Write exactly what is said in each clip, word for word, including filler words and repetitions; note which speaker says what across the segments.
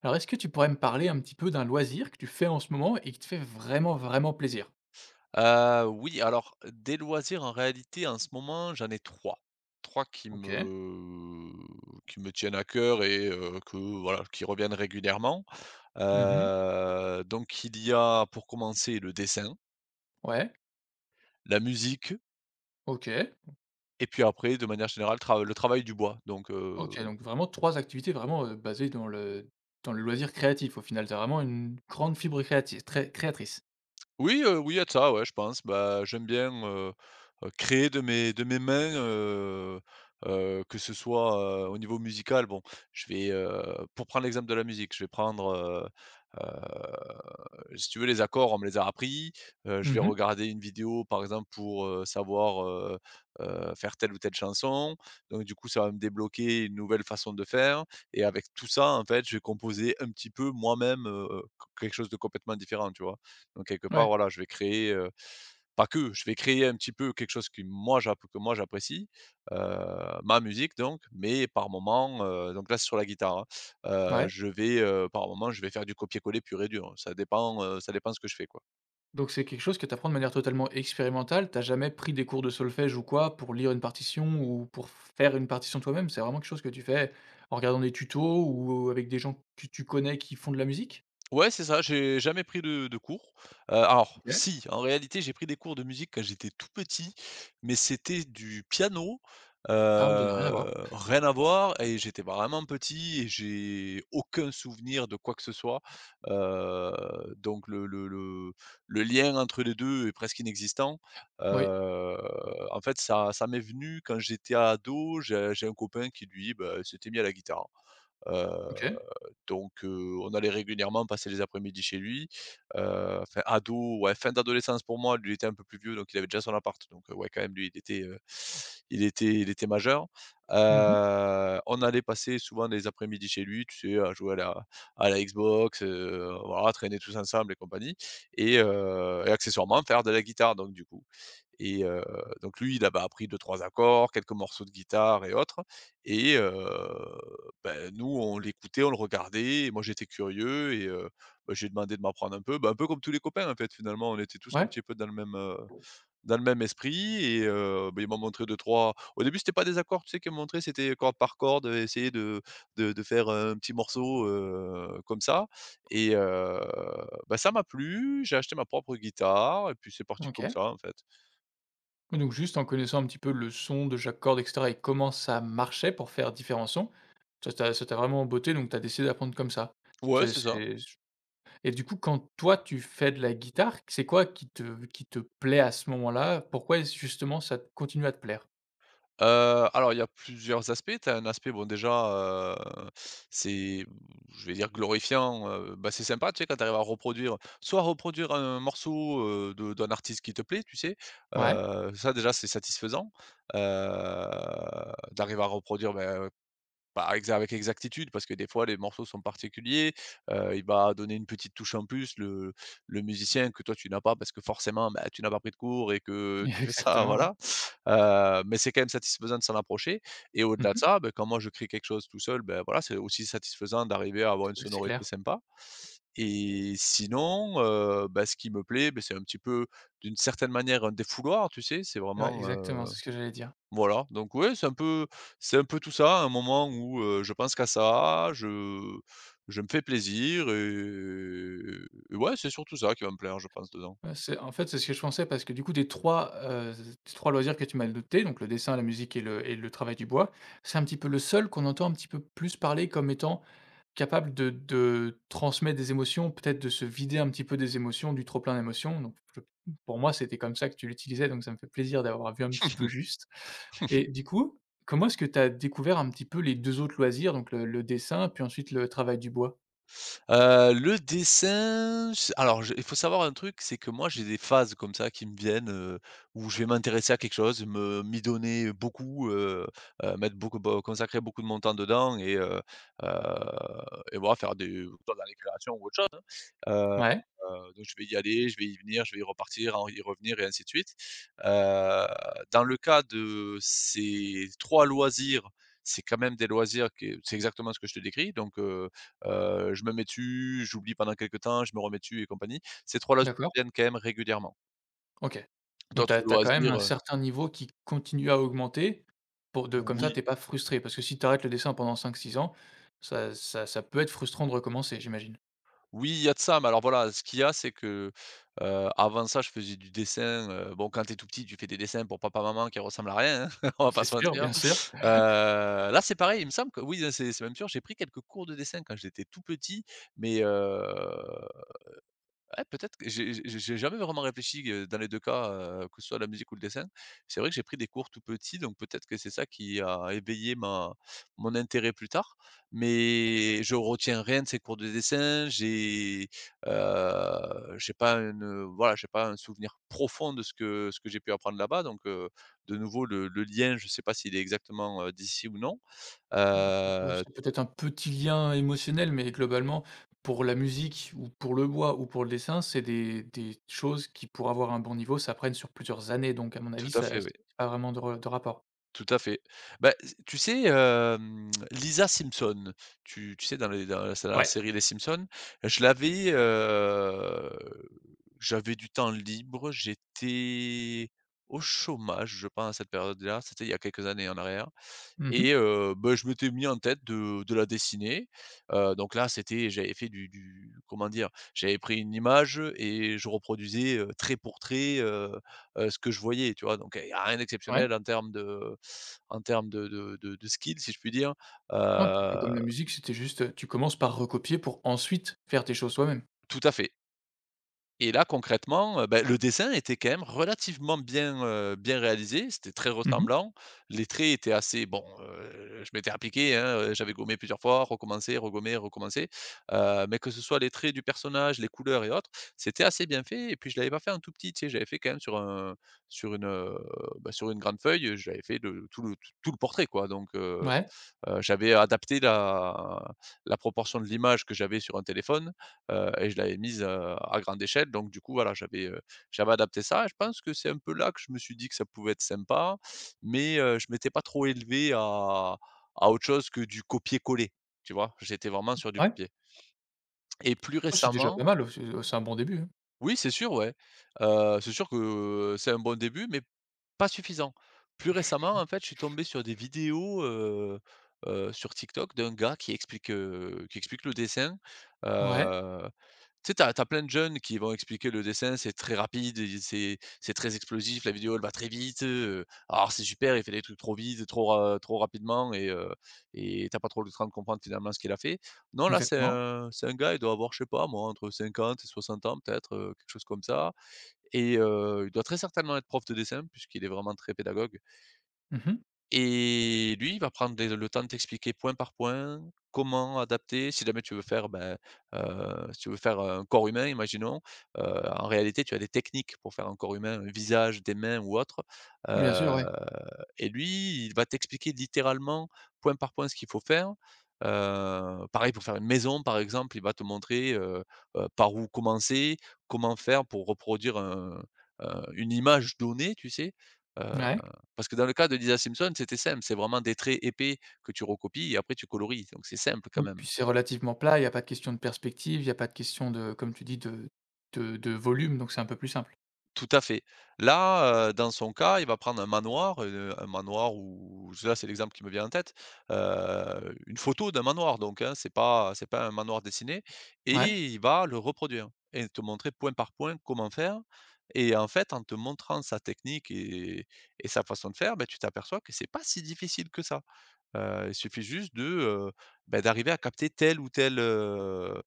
Speaker 1: Alors, est-ce que tu pourrais me parler un petit peu d'un loisir que tu fais en ce moment et qui te fait vraiment, vraiment plaisir?
Speaker 2: Heu, oui, alors des loisirs, en réalité, en ce moment, j'en ai trois, trois qui
Speaker 1: OK.
Speaker 2: me qui me tiennent à cœur et heu, que voilà, qui reviennent régulièrement.
Speaker 1: Mmh.
Speaker 2: Heu, donc il y a, pour commencer, le dessin,
Speaker 1: Ouais.
Speaker 2: la musique
Speaker 1: OK.
Speaker 2: et puis après, de manière générale, tra le travail du bois. Donc heu
Speaker 1: OK, donc vraiment trois activités vraiment, heu, basées dans le dans le loisir créatif au final. Tu as vraiment une grande fibre créative très créatrice.
Speaker 2: Oui, heu, oui, il y a de ça, ouais, je pense. Bah, j'aime bien, heu heu, créer de mes de mes mains, heu heu, que ce soit, heu, au niveau musical, bon, je vais, heu pour prendre l'exemple de la musique, je vais prendre, heu heu, si tu veux, les accords, on me les a appris, heu, je vais
Speaker 1: Mmh.
Speaker 2: regarder une vidéo, par exemple, pour, heu, savoir, heu heu, faire telle ou telle chanson, donc du coup, ça va me débloquer une nouvelle façon de faire et avec tout ça, en fait, je vais composer un petit peu moi-même, heu, quelque chose de complètement différent, tu vois? Donc quelque part,
Speaker 1: Ouais,
Speaker 2: voilà, je vais créer, heu, pas que, je vais créer un petit peu quelque chose qui moi j'app que moi j'apprécie, heu, ma musique donc, mais par moment, heu, donc là c'est sur la guitare, hein, heu,
Speaker 1: ouais.
Speaker 2: je vais, heu, par moment je vais faire du copier-coller pur et dur. Ça dépend, heu, ça dépend ce que je fais, quoi.
Speaker 1: Donc c'est quelque chose que tu apprends de manière totalement expérimentale. T'as jamais pris des cours de solfège ou quoi pour lire une partition ou pour faire une partition toi-même? C'est vraiment quelque chose que tu fais en regardant des tutos ou avec des gens que tu connais qui font de la musique?
Speaker 2: Ouais, c'est ça, j'ai jamais pris de de cours. Heu, alors
Speaker 1: OK.
Speaker 2: si, en réalité, j'ai pris des cours de musique quand j'étais tout petit, mais c'était du piano,
Speaker 1: Ah oui, ça n'a rien à voir.
Speaker 2: heu, rien à voir et j'étais vraiment petit et j'ai aucun souvenir de quoi que ce soit. Heu, donc le le le le lien entre les deux est presque inexistant.
Speaker 1: Oui.
Speaker 2: Heu, En fait, ça ça m'est venu quand j'étais ado, j'ai j'ai un copain qui lui, bah, s'était mis à la guitare. Heu
Speaker 1: OK.
Speaker 2: donc heu, on allait régulièrement passer les après-midi chez lui, heu, enfin ado, ouais, fin d'adolescence pour moi, lui il était un peu plus vieux, donc il avait déjà son appart, donc heu, ouais, quand même lui il était, heu, il était il était majeur.
Speaker 1: Mmh.
Speaker 2: Heu, on allait passer souvent des après-midi chez lui, tu sais, à jouer à la à la Xbox, heu, voilà, traîner tous ensemble et compagnie et heu, et accessoirement faire de la guitare, donc du coup et heu, donc lui, il avait appris deux, trois accords, quelques morceaux de guitare et autres et heu ben nous, on l'écoutait, on le regardait et moi j'étais curieux et heu, bah, je demandé de m'apprendre un peu, ben un peu comme tous les copains, en fait, finalement. On était tous un
Speaker 1: Ouais,
Speaker 2: petit peu dans le même, heu, dans le même esprit et heu, bah, il m'a montré deux trois au début, c'était pas des accords, tu sais, qu'ils m'ont montré c'était corde par corde, heu, essayer de de de faire un petit morceau, heu, comme ça. Et heu, bah, ça m'a plu, j'ai acheté ma propre guitare et puis c'est parti comme
Speaker 1: OK.
Speaker 2: ça, en fait.
Speaker 1: Mais donc juste en connaissant un petit peu le son de chaque corde et cetera et comment ça marchait pour faire différents sons, ça t'a ça t'a vraiment botté donc t'as décidé d'apprendre comme ça.
Speaker 2: Ouais,
Speaker 1: C'est
Speaker 2: c'est ça.
Speaker 1: c'est et du coup quand toi tu fais de la guitare, c'est quoi qui te qui te plaît à ce moment-là? Pourquoi est-ce justement ça continue à te plaire?
Speaker 2: Heu, alors il y a plusieurs aspects. Tu as un aspect, bon déjà, heu, c'est, je vais dire glorifiant, heu, bah, c'est sympa, tu sais, quand tu arrives à reproduire soit reproduire un morceau, heu, de d'un artiste qui te plaît, tu sais?
Speaker 1: Ouais,
Speaker 2: Heu, ça déjà c'est satisfaisant, heu, d'arriver à reproduire, ben, heu, pas exa avec exactitude parce que des fois les morceaux sont particuliers, heu, il va donner une petite touche en plus le le musicien que toi tu n'as pas parce que forcément, ben, tu n'as pas pris de cours et que tu fais ça,
Speaker 1: exactement, ouais.
Speaker 2: voilà. Heu, mais c'est quand même satisfaisant de s'en approcher et au-delà de
Speaker 1: Mmh.
Speaker 2: ça, ben quand moi je crée quelque chose tout seul, ben voilà, c'est aussi satisfaisant d'arriver à avoir une
Speaker 1: C'est
Speaker 2: sonorité
Speaker 1: clair.
Speaker 2: sympa et sinon, heu, bah, ce qui me plaît, ben c'est un petit peu, d'une certaine manière, un défouloir, tu sais? C'est
Speaker 1: Ouais,
Speaker 2: vraiment,
Speaker 1: exactement,
Speaker 2: heu,
Speaker 1: c'est ce que j'allais dire.
Speaker 2: voilà, donc ouais, c'est un peu c'est un peu tout ça, un moment où, heu, je pense qu'à ça, je je me fais plaisir et et ouais, c'est surtout ça qui va me plaire, je pense, dedans.
Speaker 1: Heu, c'est en fait, c'est ce que je pensais parce que du coup des trois heu, des trois loisirs que tu m'as notés, donc le dessin, la musique et le et le travail du bois, c'est un petit peu le seul qu'on entend un petit peu plus parler comme étant capable de de transmettre des émotions, peut-être de se vider un petit peu des émotions, du trop plein d'émotions, donc je pour moi, c'était comme ça que tu l'utilisais, donc ça me fait plaisir d'avoir vu un petit peu juste. Et du coup, comment est-ce que tu as découvert un petit peu les deux autres loisirs, donc le le dessin, puis ensuite le travail du bois?
Speaker 2: Heu, le dessin, j alors je il faut savoir un truc, c'est que moi j'ai des phases comme ça qui me viennent, heu, où je vais m'intéresser à quelque chose, me m'y donner beaucoup, heu heu, mettre beaucoup beau consacrer beaucoup de mon temps dedans et heu heu et voilà faire des dans la récréation ou autre chose, hein. Heu
Speaker 1: Ouais,
Speaker 2: Heu, donc je vais y aller, je vais y venir, je vais y repartir, en y revenir et ainsi de suite. Heu, Dans le cas de ces trois loisirs, c'est quand même des loisirs que c'est exactement ce que je te décris donc heu heu, je me mets dessus, j'oublie pendant quelque temps, je me remets dessus et compagnie. Ces trois loisirs
Speaker 1: d'accord.
Speaker 2: reviennent quand même régulièrement.
Speaker 1: OK. Donc tu
Speaker 2: D'autres
Speaker 1: as quand même
Speaker 2: loisirs,
Speaker 1: un
Speaker 2: heu,
Speaker 1: certain niveau qui continue à augmenter pour de comme ça.
Speaker 2: oui.
Speaker 1: T'es pas frustré. Parce que si tu arrêtes le dessin pendant cinq six ans, ça ça ça peut être frustrant de recommencer, j'imagine.
Speaker 2: Oui, il y a de ça, mais alors voilà, ce qu'il y a, c'est que, heu, avant ça, je faisais du dessin, heu, bon, quand t'es tout petit, tu fais des dessins pour papa, maman qui ressemblent à rien, hein, on va pas
Speaker 1: C'est
Speaker 2: se
Speaker 1: sûr,
Speaker 2: mentir.
Speaker 1: bien sûr.
Speaker 2: Heu, Là, c'est pareil, il me semble que oui, hein, c'est c'est même sûr, j'ai pris quelques cours de dessin quand j'étais tout petit, mais heu ouais, peut-être que j'ai j'ai j'ai jamais vraiment réfléchi, heu, dans les deux cas, heu, que ce soit la musique ou le dessin. C'est vrai que j'ai pris des cours tout petit, donc peut-être que c'est ça qui a éveillé ma mon intérêt plus tard. Mais je retiens rien de ces cours de dessin. J'ai, heu, j'ai pas une, voilà, j'ai pas un souvenir profond de ce que ce que j'ai pu apprendre là-bas, donc heu, de nouveau le le lien, je sais pas s'il est exactement, heu, d'ici ou non.
Speaker 1: Ouais,
Speaker 2: Heu,
Speaker 1: c'est peut-être un petit lien émotionnel, mais globalement, pour la musique ou pour le bois ou pour le dessin, c'est des des choses qui, pour avoir un bon niveau, s'apprennent sur plusieurs années. Donc à mon
Speaker 2: Tout
Speaker 1: avis,
Speaker 2: à
Speaker 1: ça
Speaker 2: fait,
Speaker 1: ça
Speaker 2: oui.
Speaker 1: a pas vraiment de re de rapport.
Speaker 2: Tout à fait. Bah, s tu sais, hem, Lisa Simpson, tu tu sais, dans les dans la, c'est la
Speaker 1: Ouais.
Speaker 2: série Les Simpson, je l'avais, heu, j'avais du temps libre, j'étais au chômage, je pense, à cette période-là, c'était il y a quelques années en arrière et
Speaker 1: Mmh.
Speaker 2: heu, bah, je m'étais mis en tête de de la dessiner. Heu, donc là, c'était j'avais fait du du comment dire? J'avais pris une image et je reproduisais, heu, trait pour trait, heu heu, ce que je voyais, tu vois? Donc, il y a rien
Speaker 1: Ouais.
Speaker 2: d'exceptionnel en termes de en termes de de de de skills, si je puis dire.
Speaker 1: Un petit peu comme
Speaker 2: Heu,
Speaker 1: la musique, c'était juste, heu, tu commences par recopier pour ensuite faire tes choses toi-même.
Speaker 2: Tout à fait. Et là, concrètement, heu, bah, le dessin était quand même relativement bien, heu, bien réalisé. C'était très
Speaker 1: Mmh mh.
Speaker 2: ressemblant. Les traits étaient assez bon, heu, je m'étais appliqué, hein, heu, j'avais gommé plusieurs fois, recommencé, regommé, recommencé. Heu, mais que ce soit les traits du personnage, les couleurs et autres, c'était assez bien fait et puis je l'avais pas fait en tout petit, tu sais, j'avais fait quand même sur un sur une, heu, bah, sur une grande feuille, heu, j'avais fait le tout le tout le portrait, quoi. Donc heu
Speaker 1: Ouais,
Speaker 2: Heu, j'avais adapté la la proportion de l'image que j'avais sur un téléphone, heu et je l'avais mise, heu, à grande échelle donc du coup voilà, j'avais, heu, j'avais adapté ça et je pense que c'est un peu là que je me suis dit que ça pouvait être sympa, mais heu, je m'étais pas trop élevé à à autre chose que du copier-coller, tu vois? J'étais vraiment sur du
Speaker 1: ouais.
Speaker 2: copier. Et plus
Speaker 1: Oh, c'est déjà pas
Speaker 2: récemment,
Speaker 1: mal, heu, c'est c'est un bon début, hein.
Speaker 2: oui, c'est sûr, ouais, heu, c'est sûr que c'est un bon début, mais pas suffisant. Plus récemment, en fait, je suis tombé sur des vidéos, heu heu, sur TikTok d'un gars qui explique, heu, qui explique le dessin.
Speaker 1: Ouais,
Speaker 2: Heu, Tu sais, tu as plein de jeunes qui vont expliquer le dessin, c'est très rapide et c'est c'est très explosif, la vidéo elle va très vite, heu, alors c'est super, il fait des trucs trop vite, trop ra trop rapidement et heu et t'as pas trop le temps de comprendre finalement ce qu'il a fait. Non, là, c'est
Speaker 1: exactement.
Speaker 2: un c'est un gars, il doit avoir, je sais pas moi, entre cinquante et soixante ans peut-être, heu, quelque chose comme ça et heu, il doit très certainement être prof de dessin puisqu'il est vraiment très pédagogue
Speaker 1: Mmh mh.
Speaker 2: et lui, il va prendre des le temps de t'expliquer point par point comment adapter. Si jamais tu veux faire, ben, heu, si tu veux faire un corps humain, imaginons, heu, en réalité, tu as des techniques pour faire un corps humain, un visage, des mains ou autre.
Speaker 1: Bien sûr,
Speaker 2: Heu
Speaker 1: ouais.
Speaker 2: et lui, il va t'expliquer littéralement, point par point, ce qu'il faut faire. Heu, pareil pour faire une maison, par exemple, il va te montrer, heu heu, par où commencer, comment faire pour reproduire un, heu, une image donnée, tu sais? Heu
Speaker 1: Ouais.
Speaker 2: Parce que dans le cas de Lisa Simpson, c'était simple, c'est vraiment des traits épais que tu recopies et après tu colories, donc c'est simple quand
Speaker 1: Oui,
Speaker 2: même.
Speaker 1: puis c'est relativement plat, il y a pas de question de perspective, il y a pas de question de comme tu dis de de de volume, donc c'est un peu plus simple.
Speaker 2: Tout à fait. Là, heu, dans son cas, il va prendre un manoir, heu, un manoir ou là, c'est l'exemple qui me vient en tête, heu, une photo d'un manoir donc hein, c'est pas c'est pas un manoir dessiné et
Speaker 1: Ouais,
Speaker 2: il va le reproduire et te montrer point par point comment faire et en fait, en te montrant sa technique et et sa façon de faire, beh, tu t'aperçois que c'est pas si difficile que ça. Heu, il suffit juste de, heu, bah, d'arriver à capter tel ou tel, heu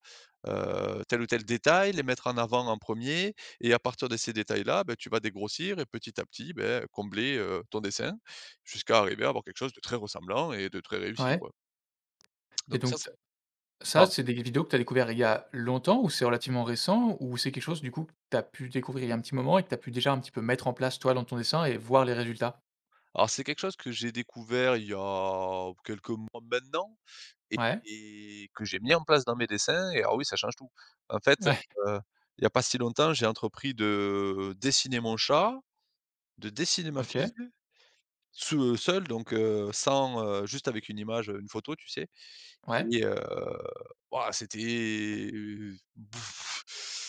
Speaker 2: heu, tel ou tel détail, les mettre en avant en premier, et à partir de ces détails-là, bah, tu vas dégrossir et petit à petit, beh, combler, heu, ton dessin jusqu'à arriver à avoir quelque chose de très ressemblant et de très réussi,
Speaker 1: ouais
Speaker 2: quoi.
Speaker 1: et
Speaker 2: Donc ça,
Speaker 1: donc
Speaker 2: ça
Speaker 1: t ça,
Speaker 2: pardon.
Speaker 1: c'est des vidéos que tu as découvert il y a longtemps ou c'est relativement récent? Ou c'est quelque chose du coup que tu as pu découvrir il y a un petit moment et que tu as pu déjà un petit peu mettre en place toi dans ton dessin et voir les résultats?
Speaker 2: Alors c'est quelque chose que j'ai découvert il y a quelques mois maintenant et
Speaker 1: Ouais,
Speaker 2: et que j'ai mis en place dans mes dessins et ah oui, ça change tout. En fait,
Speaker 1: ouais,
Speaker 2: heu, il n'y a pas si longtemps, j'ai entrepris de dessiner mon chat. De dessiner ma fille,
Speaker 1: OK,
Speaker 2: seu seule donc heu, sans, heu, juste avec une image, une photo, tu sais?
Speaker 1: ouais.
Speaker 2: Et heu, waouh, c'était Bouf.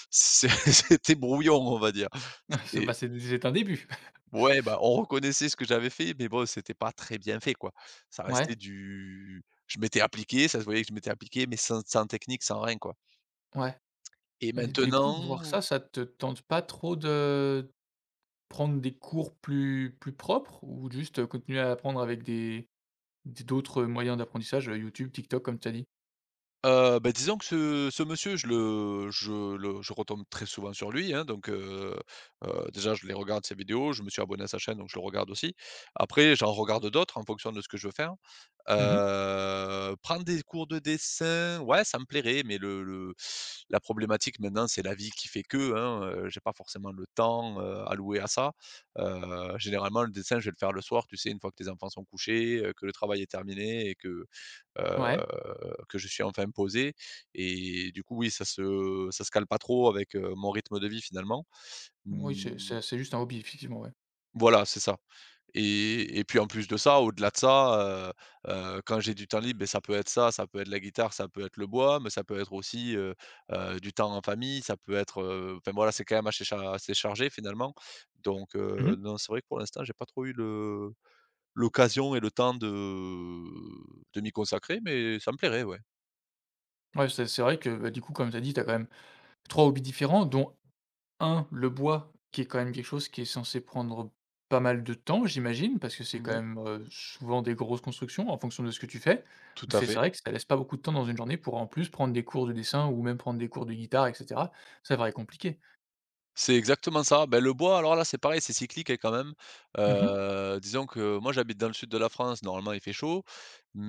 Speaker 2: C'est c'était brouillon, on va dire.
Speaker 1: C'est
Speaker 2: C'était
Speaker 1: bah, c'est c'est un début.
Speaker 2: ouais, bah, on reconnaissait ce que j'avais fait, mais bon, c'était pas très bien fait, quoi. Ça restait
Speaker 1: Ouais,
Speaker 2: du je m'étais appliqué, ça se voyait que je m'étais appliqué, mais sans sans technique, sans rien, quoi.
Speaker 1: ouais.
Speaker 2: Et
Speaker 1: Et du coup, voir
Speaker 2: maintenant
Speaker 1: ça, ça te tente pas trop de prendre des cours plus plus propres ou juste, heu, continuer à apprendre avec des des d'autres moyens d'apprentissage, heu, YouTube, TikTok comme tu as dit?
Speaker 2: Heu, bah, disons que ce ce monsieur, je le je le je retombe très souvent sur lui, hein, donc heu heu, déjà, je les regarde ses vidéos, je me suis abonné à sa chaîne, donc je le regarde aussi. Après, j'en regarde d'autres en fonction de ce que je veux faire.
Speaker 1: Mmh.
Speaker 2: Heu, prendre des cours de dessin, ouais, ça me plairait, mais le le la problématique maintenant, c'est la vie qui fait que, hein, heu, j'ai pas forcément le temps, heu, alloué à ça. Heu, généralement, le dessin, je vais le faire le soir, tu sais, une fois que tes enfants sont couchés, heu, que le travail est terminé et que heu,
Speaker 1: Ouais.
Speaker 2: que je suis enfin posé et du coup, oui, ça se ça se cale pas trop avec, heu, mon rythme de vie finalement.
Speaker 1: Oui, c'est
Speaker 2: Mmh,
Speaker 1: c'est c'est juste un hobby effectivement, ouais.
Speaker 2: voilà, c'est ça et et puis en plus de ça, au-delà de ça, heu heu, quand j'ai du temps libre, beh, ça peut être ça, ça peut être la guitare, ça peut être le bois, mais ça peut être aussi, heu heu, du temps en famille, ça peut être, heu, enfin voilà, c'est quand même assez cha assez chargé finalement donc heu,
Speaker 1: Mmh.
Speaker 2: non, c'est vrai que pour l'instant, j'ai pas trop eu le l'occasion et le temps de de m'y consacrer mais ça me plairait, ouais.
Speaker 1: Ouais, c'est c'est vrai que, bah, du coup, comme tu as dit, tu as quand même trois hobbies différents dont un, le bois, qui est quand même quelque chose qui est censé prendre pas mal de temps, j'imagine, parce que c'est quand
Speaker 2: Mmh,
Speaker 1: même, heu, souvent des grosses constructions en fonction de ce que tu fais. Donc
Speaker 2: tout à
Speaker 1: c'est
Speaker 2: fait.
Speaker 1: c'est vrai que ça laisse pas beaucoup de temps dans une journée pour, en plus, prendre des cours de dessin ou même prendre des cours de guitare et cetera. Ça paraît compliqué.
Speaker 2: C'est exactement ça. Ben le bois, alors là, c'est pareil, c'est cyclique, hein, quand même.
Speaker 1: Mmh.
Speaker 2: Heu, disons que moi, j'habite dans le sud de la France, normalement, il fait chaud,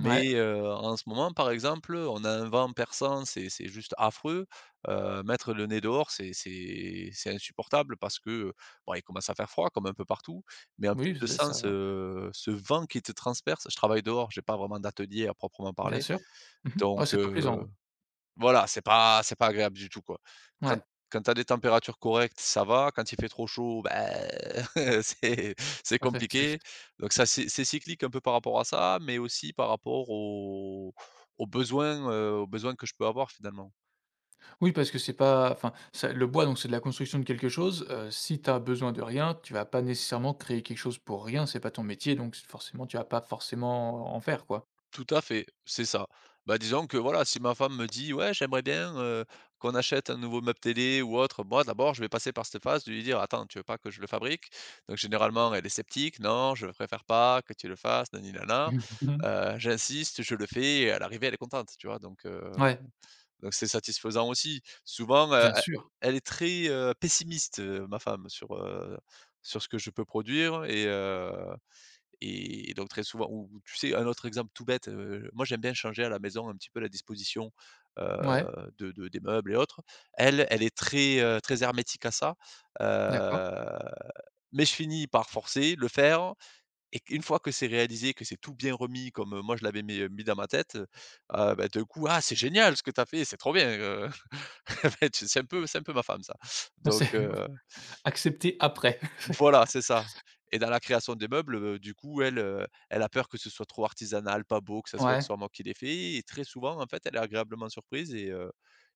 Speaker 1: Ouais.
Speaker 2: heu, en ce moment, par exemple, on a un vent perçant, c'est c'est juste affreux. Heu, mettre le nez dehors, c'est c'est c'est insupportable parce que, bon, il commence à faire froid comme un peu partout, mais en plus
Speaker 1: Oui,
Speaker 2: de
Speaker 1: c'est
Speaker 2: ça,
Speaker 1: ça,
Speaker 2: ce ce vent qui te transperce je travaille dehors, j'ai pas vraiment d'atelier à proprement
Speaker 1: bien
Speaker 2: parler,
Speaker 1: sûr. Mmh. Oh,
Speaker 2: donc
Speaker 1: c'est pas plaisant,
Speaker 2: heu
Speaker 1: hein.
Speaker 2: voilà, c'est pas c'est pas agréable du tout, quoi. Quand
Speaker 1: Ouais,
Speaker 2: quand tu as des températures correctes, ça va, quand il fait trop chaud, ben c'est c'est
Speaker 1: tout fait, c'est.
Speaker 2: compliqué. Donc ça, c'est c'est cyclique un peu par rapport à ça, mais aussi par rapport aux aux besoins, heu, aux besoins que je peux avoir finalement.
Speaker 1: Oui, parce que c'est pas enfin, ça le bois, donc c'est de la construction de quelque chose, heu, si tu as besoin de rien, tu vas pas nécessairement créer quelque chose pour rien, c'est pas ton métier, donc s forcément, tu vas pas forcément en faire, quoi.
Speaker 2: Tout à fait, c'est ça. Bah, disons que voilà, si ma femme me dit: «Ouais, j'aimerais bien, heu, qu'on achète un nouveau meuble télé ou autre», moi d'abord je vais passer par cette phase de lui dire: «Attends, tu veux pas que je le fabrique?» Donc généralement elle est sceptique: «Non, je préfère pas que tu le fasses, nani nana».
Speaker 1: Mmh.
Speaker 2: Heu, j'insiste, je le fais et à l'arrivée elle est contente, tu vois? Donc heu,
Speaker 1: Ouais,
Speaker 2: donc c'est satisfaisant aussi. Souvent, heu,
Speaker 1: bien
Speaker 2: e
Speaker 1: sûr.
Speaker 2: elle est très, heu, pessimiste, heu, ma femme sur, heu, sur ce que je peux produire et heu et et donc très souvent ou ou tu sais, un autre exemple tout bête, heu, moi j'aime bien changer à la maison un petit peu la disposition, heu,
Speaker 1: Ouais,
Speaker 2: de de des meubles et autres. Elle, elle est très, heu, très hermétique à ça, heu,
Speaker 1: d'accord.
Speaker 2: mais je finis par forcer, le faire et une fois que c'est réalisé, que c'est tout bien remis comme, heu, moi je l'avais mis, mis dans ma tête, heu, ah bah, du coup: «Ah c'est génial ce que tu as fait, c'est trop bien, heu». Bah, tu c'est un peu c'est un peu ma femme ça. Donc
Speaker 1: C'est
Speaker 2: heu
Speaker 1: accepté après.
Speaker 2: voilà, c'est ça et dans la création des meubles, heu, du coup, elle, heu, elle a peur que ce soit trop artisanal, pas beau, que ça se voit que ce
Speaker 1: Ouais.
Speaker 2: soit manqué d'effet et très souvent, en fait, elle est agréablement surprise et heu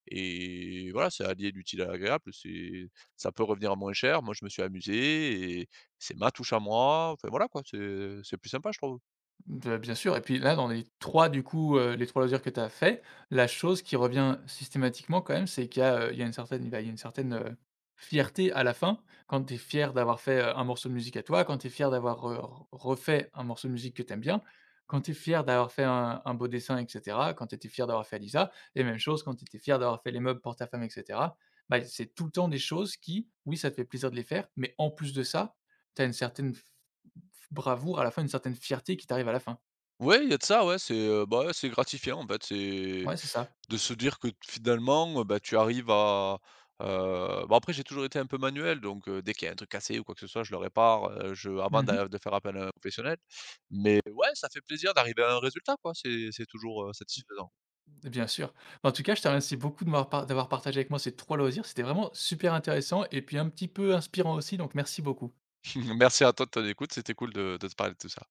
Speaker 2: et voilà, c'est allier l'utile à l'agréable, c'est ça peut revenir moins cher. Moi, je me suis amusé et c'est ma touche à moi, enfin voilà, quoi, c'est c'est plus sympa, je trouve.
Speaker 1: Bah, bien sûr et puis là, dans les trois du coup, heu, les trois loisirs que tu as fait, la chose qui revient systématiquement quand même, c'est qu'il y a, heu, il y a une certaine bah, il y a une certaine, heu, fierté à la fin. Quand tu es fier d'avoir fait, heu, un morceau de musique à toi, quand tu es fier d'avoir euh, re refait un morceau de musique que tu aimes bien, quand tu es fier d'avoir fait un un beau dessin et cetera, quand tu étais fier d'avoir fait Alisa et même chose quand tu étais fier d'avoir fait les meubles pour ta femme et cetera. Bah, c'est tout le temps des choses qui, oui, ça te fait plaisir de les faire, mais en plus de ça, tu as une certaine f bravoure à la fin, une certaine fierté qui t'arrive à la fin.
Speaker 2: Ouais, il y a de ça, ouais, c'est, heu, bah, ouais, c'est gratifiant, en fait, c'est
Speaker 1: Ouais, c'est ça.
Speaker 2: de se dire que finalement, bah, tu arrives à, heu bon après j'ai toujours été un peu manuel donc, heu, dès qu'il y a un truc cassé ou quoi que ce soit, je le répare, heu, je avant
Speaker 1: Mmh.
Speaker 2: d'a de faire appel à un professionnel. Mais ouais, ça fait plaisir d'arriver à un résultat quoi, c'est c'est toujours, heu, satisfaisant.
Speaker 1: Bien sûr. Bah, en tout cas, je te remercie beaucoup de m'avoir par d'avoir partagé avec moi ces trois loisirs. C'était vraiment super intéressant et puis un petit peu inspirant aussi, donc merci beaucoup.
Speaker 2: Merci à toi de ton écoute, c'était cool de de te parler de tout ça.